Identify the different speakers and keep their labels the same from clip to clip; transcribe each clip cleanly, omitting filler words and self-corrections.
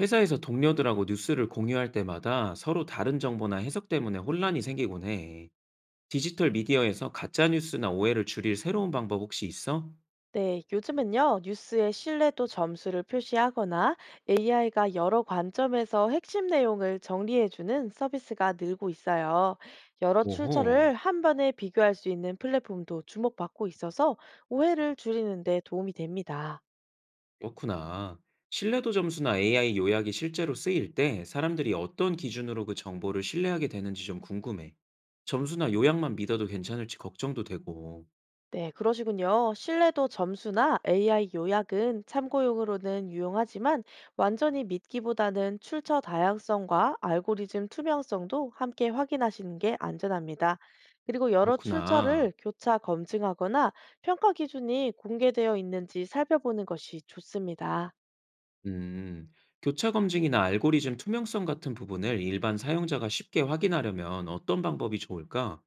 Speaker 1: 회사에서 동료들하고 뉴스를 공유할 때마다 서로 다른 정보나 해석 때문에 혼란이 생기곤 해. 디지털 미디어에서 가짜 뉴스나 오해를 줄일 새로운 방법 혹시 있어?
Speaker 2: 네, 요즘은요, 뉴스의 신뢰도 점수를 표시하거나 AI가 여러 관점에서 핵심 내용을 정리해주는 서비스가 늘고 있어요. 여러
Speaker 1: 오호,
Speaker 2: 출처를 한 번에 비교할 수 있는 플랫폼도 주목받고 있어서 오해를 줄이는 데 도움이 됩니다.
Speaker 1: 그렇구나. 신뢰도 점수나 AI 요약이 실제로 쓰일 때 사람들이 어떤 기준으로 그 정보를 신뢰하게 되는지 좀 궁금해. 점수나 요약만 믿어도 괜찮을지 걱정도 되고.
Speaker 2: 네, 그러시군요. 신뢰도 점수나 AI 요약은 참고용으로는 유용하지만 완전히 믿기보다는 출처 다양성과 알고리즘 투명성도 함께 확인하시는 게 안전합니다. 그리고 여러
Speaker 1: 그렇구나.
Speaker 2: 출처를 교차 검증하거나 평가 기준이 공개되어 있는지 살펴보는 것이 좋습니다.
Speaker 1: 음, 교차 검증이나 알고리즘 투명성 같은 부분을 일반 사용자가 쉽게 확인하려면 어떤 방법이 좋을까?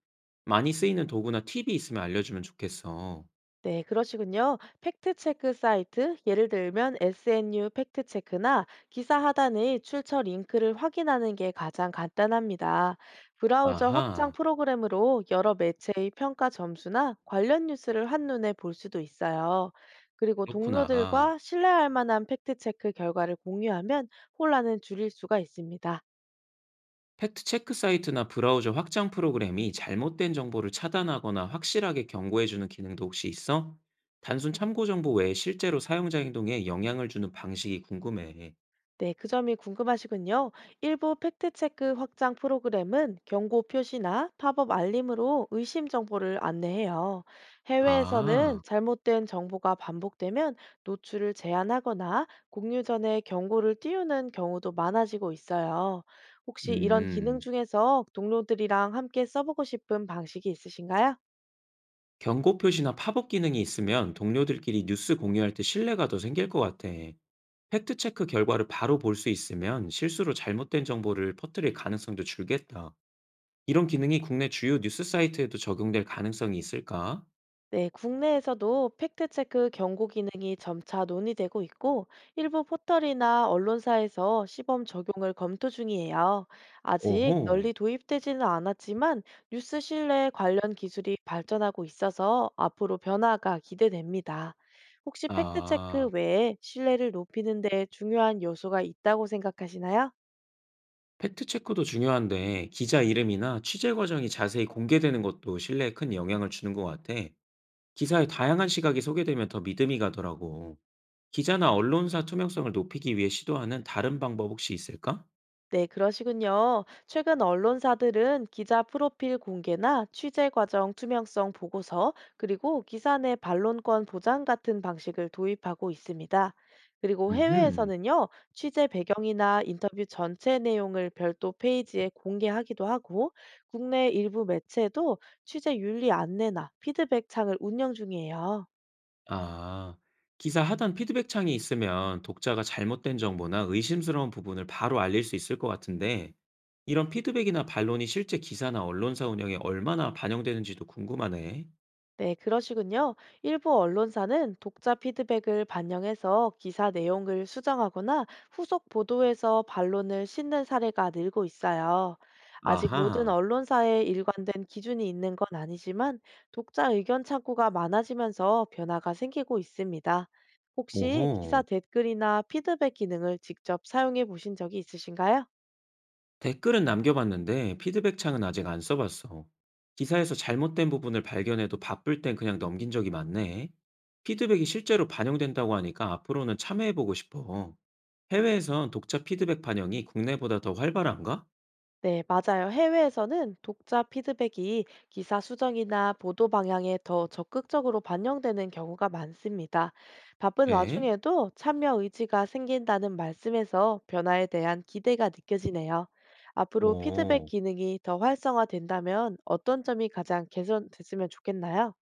Speaker 1: 많이 쓰이는 도구나 팁이 있으면 알려주면 좋겠어.
Speaker 2: 네, 그러시군요. 팩트체크 사이트, 예를 들면 SNU 팩트체크나 기사 하단의 출처 링크를 확인하는 게 가장 간단합니다. 브라우저 확장
Speaker 1: 아하,
Speaker 2: 프로그램으로 여러 매체의 평가 점수나 관련 뉴스를 한눈에 볼 수도 있어요. 그리고
Speaker 1: 그렇구나.
Speaker 2: 동료들과 신뢰할 만한 팩트체크 결과를 공유하면 혼란을 줄일 수가 있습니다.
Speaker 1: 팩트 체크 사이트나 브라우저 확장 프로그램이 잘못된 정보를 차단하거나 확실하게 경고해주는 기능도 혹시 있어? 단순 참고 정보 외에 실제로 사용자 행동에 영향을 주는 방식이 궁금해.
Speaker 2: 네, 그 점이 궁금하시군요. 일부 팩트체크 확장 프로그램은 경고 표시나 팝업 알림으로 의심 정보를 안내해요. 해외에서는
Speaker 1: 아,
Speaker 2: 잘못된 정보가 반복되면 노출을 제한하거나 공유 전에 경고를 띄우는 경우도 많아지고 있어요. 혹시 이런 기능
Speaker 1: 음.
Speaker 2: 중에서 동료들이랑 함께 써보고 싶은 방식이 있으신가요?
Speaker 1: 경고 표시나 팝업 기능이 있으면 동료들끼리 뉴스 공유할 때 신뢰가 더 생길 것 같아. 팩트 체크 결과를 바로 볼 수 있으면 실수로 잘못된 정보를 퍼뜨릴 가능성도 줄겠다. 이런 기능이 국내 주요 뉴스 사이트에도 적용될 가능성이 있을까?
Speaker 2: 네, 국내에서도 팩트체크 경고 기능이 점차 논의되고 있고, 일부 포털이나 언론사에서 시범 적용을 검토 중이에요. 아직
Speaker 1: 오호.
Speaker 2: 널리 도입되지는 않았지만, 뉴스 신뢰 관련 기술이 발전하고 있어서 앞으로 변화가 기대됩니다. 혹시 팩트체크
Speaker 1: 아,
Speaker 2: 외에 신뢰를 높이는 데 중요한 요소가 있다고 생각하시나요?
Speaker 1: 팩트 체크도 중요한데 기자 이름이나 취재 과정이 자세히 공개되는 것도 신뢰에 큰 영향을 주는 것 같아. 기사에 다양한 시각이 소개되면 더 믿음이 가더라고. 기자나 언론사 투명성을 높이기 위해 시도하는 다른 방법 혹시 있을까?
Speaker 2: 네, 그러시군요. 최근 언론사들은 기자 프로필 공개나 취재 과정 투명성 보고서, 그리고 기사 내 반론권 보장 같은 방식을 도입하고 있습니다. 그리고
Speaker 1: 음흠.
Speaker 2: 해외에서는요, 취재 배경이나 인터뷰 전체 내용을 별도 페이지에 공개하기도 하고, 국내 일부 매체도 취재 윤리 안내나 피드백 창을 운영 중이에요.
Speaker 1: 아, 기사 하단 피드백 창이 있으면 독자가 잘못된 정보나 의심스러운 부분을 바로 알릴 수 있을 것 같은데, 이런 피드백이나 반론이 실제 기사나 언론사 운영에 얼마나 반영되는지도 궁금하네.
Speaker 2: 네, 그러시군요. 일부 언론사는 독자 피드백을 반영해서 기사 내용을 수정하거나 후속 보도에서 반론을 싣는 사례가 늘고 있어요. 아직 모든
Speaker 1: 아하,
Speaker 2: 언론사에 일관된 기준이 있는 건 아니지만 독자 의견 창구가 많아지면서 변화가 생기고 있습니다. 혹시 기사
Speaker 1: 오호.
Speaker 2: 댓글이나 피드백 기능을 직접 사용해 보신 적이 있으신가요?
Speaker 1: 댓글은 남겨봤는데 피드백 창은 아직 안 써봤어. 기사에서 잘못된 부분을 발견해도 바쁠 땐 그냥 넘긴 적이 많네. 피드백이 실제로 반영된다고 하니까 앞으로는 참여해보고 싶어. 해외에선 독자 피드백 반영이 국내보다 더 활발한가?
Speaker 2: 네, 맞아요. 해외에서는 독자 피드백이 기사 수정이나 보도 방향에 더 적극적으로 반영되는 경우가 많습니다. 바쁜
Speaker 1: 네.
Speaker 2: 와중에도 참여 의지가 생긴다는 말씀에서 변화에 대한 기대가 느껴지네요. 앞으로 피드백
Speaker 1: 오,
Speaker 2: 기능이 더 활성화된다면 어떤 점이 가장 개선됐으면 좋겠나요?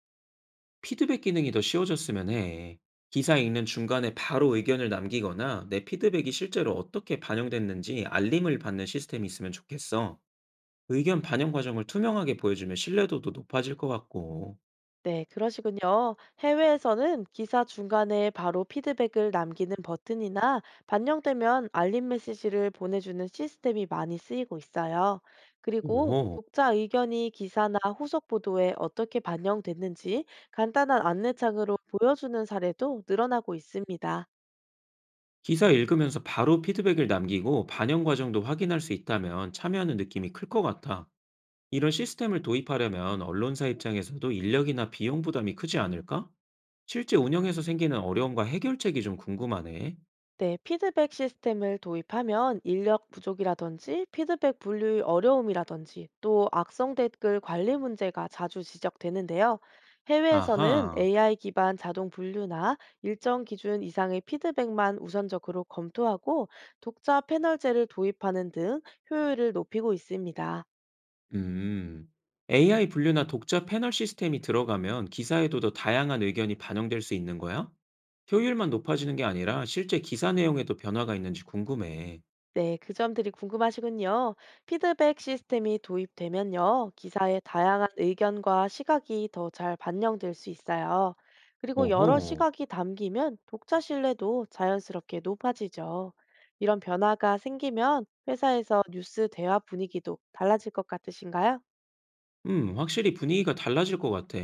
Speaker 1: 피드백 기능이 더 쉬워졌으면 해. 기사 읽는 중간에 바로 의견을 남기거나 내 피드백이 실제로 어떻게 반영됐는지 알림을 받는 시스템이 있으면 좋겠어. 의견 반영 과정을 투명하게 보여주면 신뢰도도 높아질 것 같고,
Speaker 2: 네, 그러시군요. 해외에서는 기사 중간에 바로 피드백을 남기는 버튼이나 반영되면 알림 메시지를 보내주는 시스템이 많이 쓰이고 있어요. 그리고
Speaker 1: 오,
Speaker 2: 독자 의견이 기사나 후속 보도에 어떻게 반영됐는지 간단한 안내창으로 보여주는 사례도 늘어나고 있습니다.
Speaker 1: 기사 읽으면서 바로 피드백을 남기고 반영 과정도 확인할 수 있다면 참여하는 느낌이 클 것 같아. 이런 시스템을 도입하려면 언론사 입장에서도 인력이나 비용 부담이 크지 않을까? 실제 운영에서 생기는 어려움과 해결책이 좀 궁금하네.
Speaker 2: 네, 피드백 시스템을 도입하면 인력 부족이라든지 피드백 분류의 어려움이라든지 또 악성 댓글 관리 문제가 자주 지적되는데요. 해외에서는
Speaker 1: 아하.
Speaker 2: AI 기반 자동 분류나 일정 기준 이상의 피드백만 우선적으로 검토하고 독자 패널제를 도입하는 등 효율을 높이고 있습니다.
Speaker 1: 음. AI 분류나 독자 패널 시스템이 들어가면 기사에도 더 다양한 의견이 반영될 수 있는 거야? 효율만 높아지는 게 아니라 실제 기사 내용에도 변화가 있는지 궁금해.
Speaker 2: 네, 그 점들이 궁금하시군요. 피드백 시스템이 도입되면요, 기사의 다양한 의견과 시각이 더 잘 반영될 수 있어요. 그리고 여러
Speaker 1: 오호.
Speaker 2: 시각이 담기면 독자 신뢰도 자연스럽게 높아지죠. 이런 변화가 생기면 회사에서 뉴스 대화 분위기도 달라질 것 같으신가요?
Speaker 1: 확실히 분위기가 달라질 것 같아.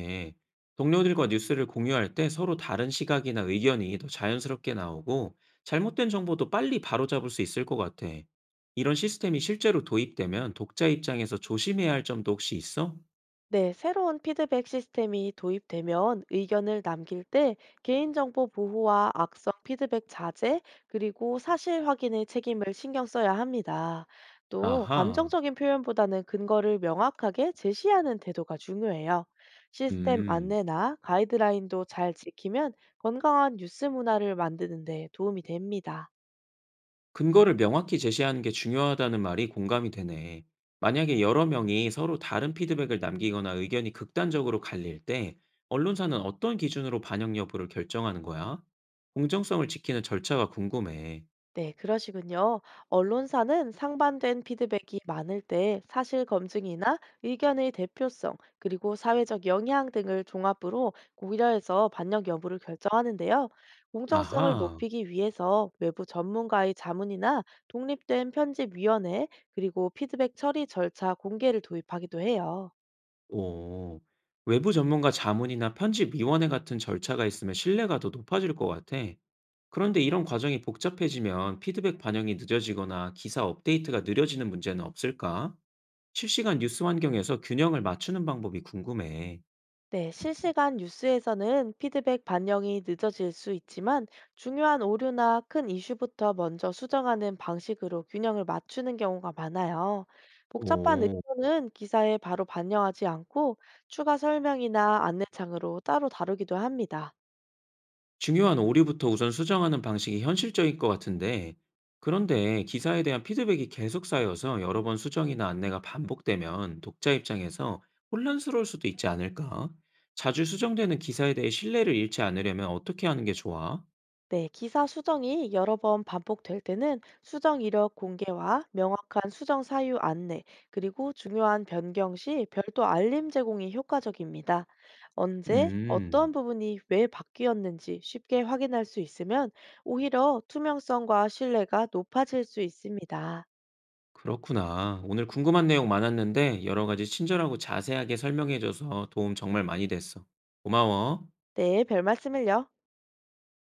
Speaker 1: 동료들과 뉴스를 공유할 때 서로 다른 시각이나 의견이 더 자연스럽게 나오고 잘못된 정보도 빨리 바로잡을 수 있을 것 같아. 이런 시스템이 실제로 도입되면 독자 입장에서 조심해야 할 점도 혹시 있어?
Speaker 2: 네, 새로운 피드백 시스템이 도입되면 의견을 남길 때 개인정보 보호와 악성 피드백 자제, 그리고 사실 확인의 책임을 신경 써야 합니다. 또,
Speaker 1: 아하.
Speaker 2: 감정적인 표현보다는 근거를 명확하게 제시하는 태도가 중요해요. 시스템
Speaker 1: 음.
Speaker 2: 안내나 가이드라인도 잘 지키면 건강한 뉴스 문화를 만드는 데 도움이 됩니다.
Speaker 1: 근거를 명확히 제시하는 게 중요하다는 말이 공감이 되네. 만약에 여러 명이 서로 다른 피드백을 남기거나 의견이 극단적으로 갈릴 때, 언론사는 어떤 기준으로 반영 여부를 결정하는 거야? 공정성을 지키는 절차가 궁금해.
Speaker 2: 네, 그러시군요. 언론사는 상반된 피드백이 많을 때 사실 검증이나 의견의 대표성, 그리고 사회적 영향 등을 종합으로 고려해서 반영 여부를 결정하는데요. 공정성을
Speaker 1: 아하,
Speaker 2: 높이기 위해서 외부 전문가의 자문이나 독립된 편집위원회, 그리고 피드백 처리 절차 공개를 도입하기도 해요.
Speaker 1: 오. 외부 전문가 자문이나 편집위원회 같은 절차가 있으면 신뢰가 더 높아질 것 같아. 그런데 이런 과정이 복잡해지면 피드백 반영이 늦어지거나 기사 업데이트가 느려지는 문제는 없을까? 실시간 뉴스 환경에서 균형을 맞추는 방법이 궁금해.
Speaker 2: 네, 실시간 뉴스에서는 피드백 반영이 늦어질 수 있지만 중요한 오류나 큰 이슈부터 먼저 수정하는 방식으로 균형을 맞추는 경우가 많아요. 복잡한
Speaker 1: 오,
Speaker 2: 의견은 기사에 바로 반영하지 않고 추가 설명이나 안내창으로 따로 다루기도 합니다.
Speaker 1: 중요한 오류부터 우선 수정하는 방식이 현실적일 것 같은데, 그런데 기사에 대한 피드백이 계속 쌓여서 여러 번 수정이나 안내가 반복되면 독자 입장에서 혼란스러울 수도 있지 않을까? 자주 수정되는 기사에 대해 신뢰를 잃지 않으려면 어떻게 하는 게 좋아?
Speaker 2: 네, 기사 수정이 여러 번 반복될 때는 수정 이력 공개와 명확한 수정 사유 안내, 그리고 중요한 변경 시 별도 알림 제공이 효과적입니다. 언제, 어떤
Speaker 1: 음,
Speaker 2: 부분이 왜 바뀌었는지 쉽게 확인할 수 있으면 오히려 투명성과 신뢰가 높아질 수 있습니다.
Speaker 1: 그렇구나. 오늘 궁금한 내용 많았는데 여러 가지 친절하고 자세하게 설명해줘서 도움 정말 많이 됐어. 고마워.
Speaker 2: 네, 별 말씀을요.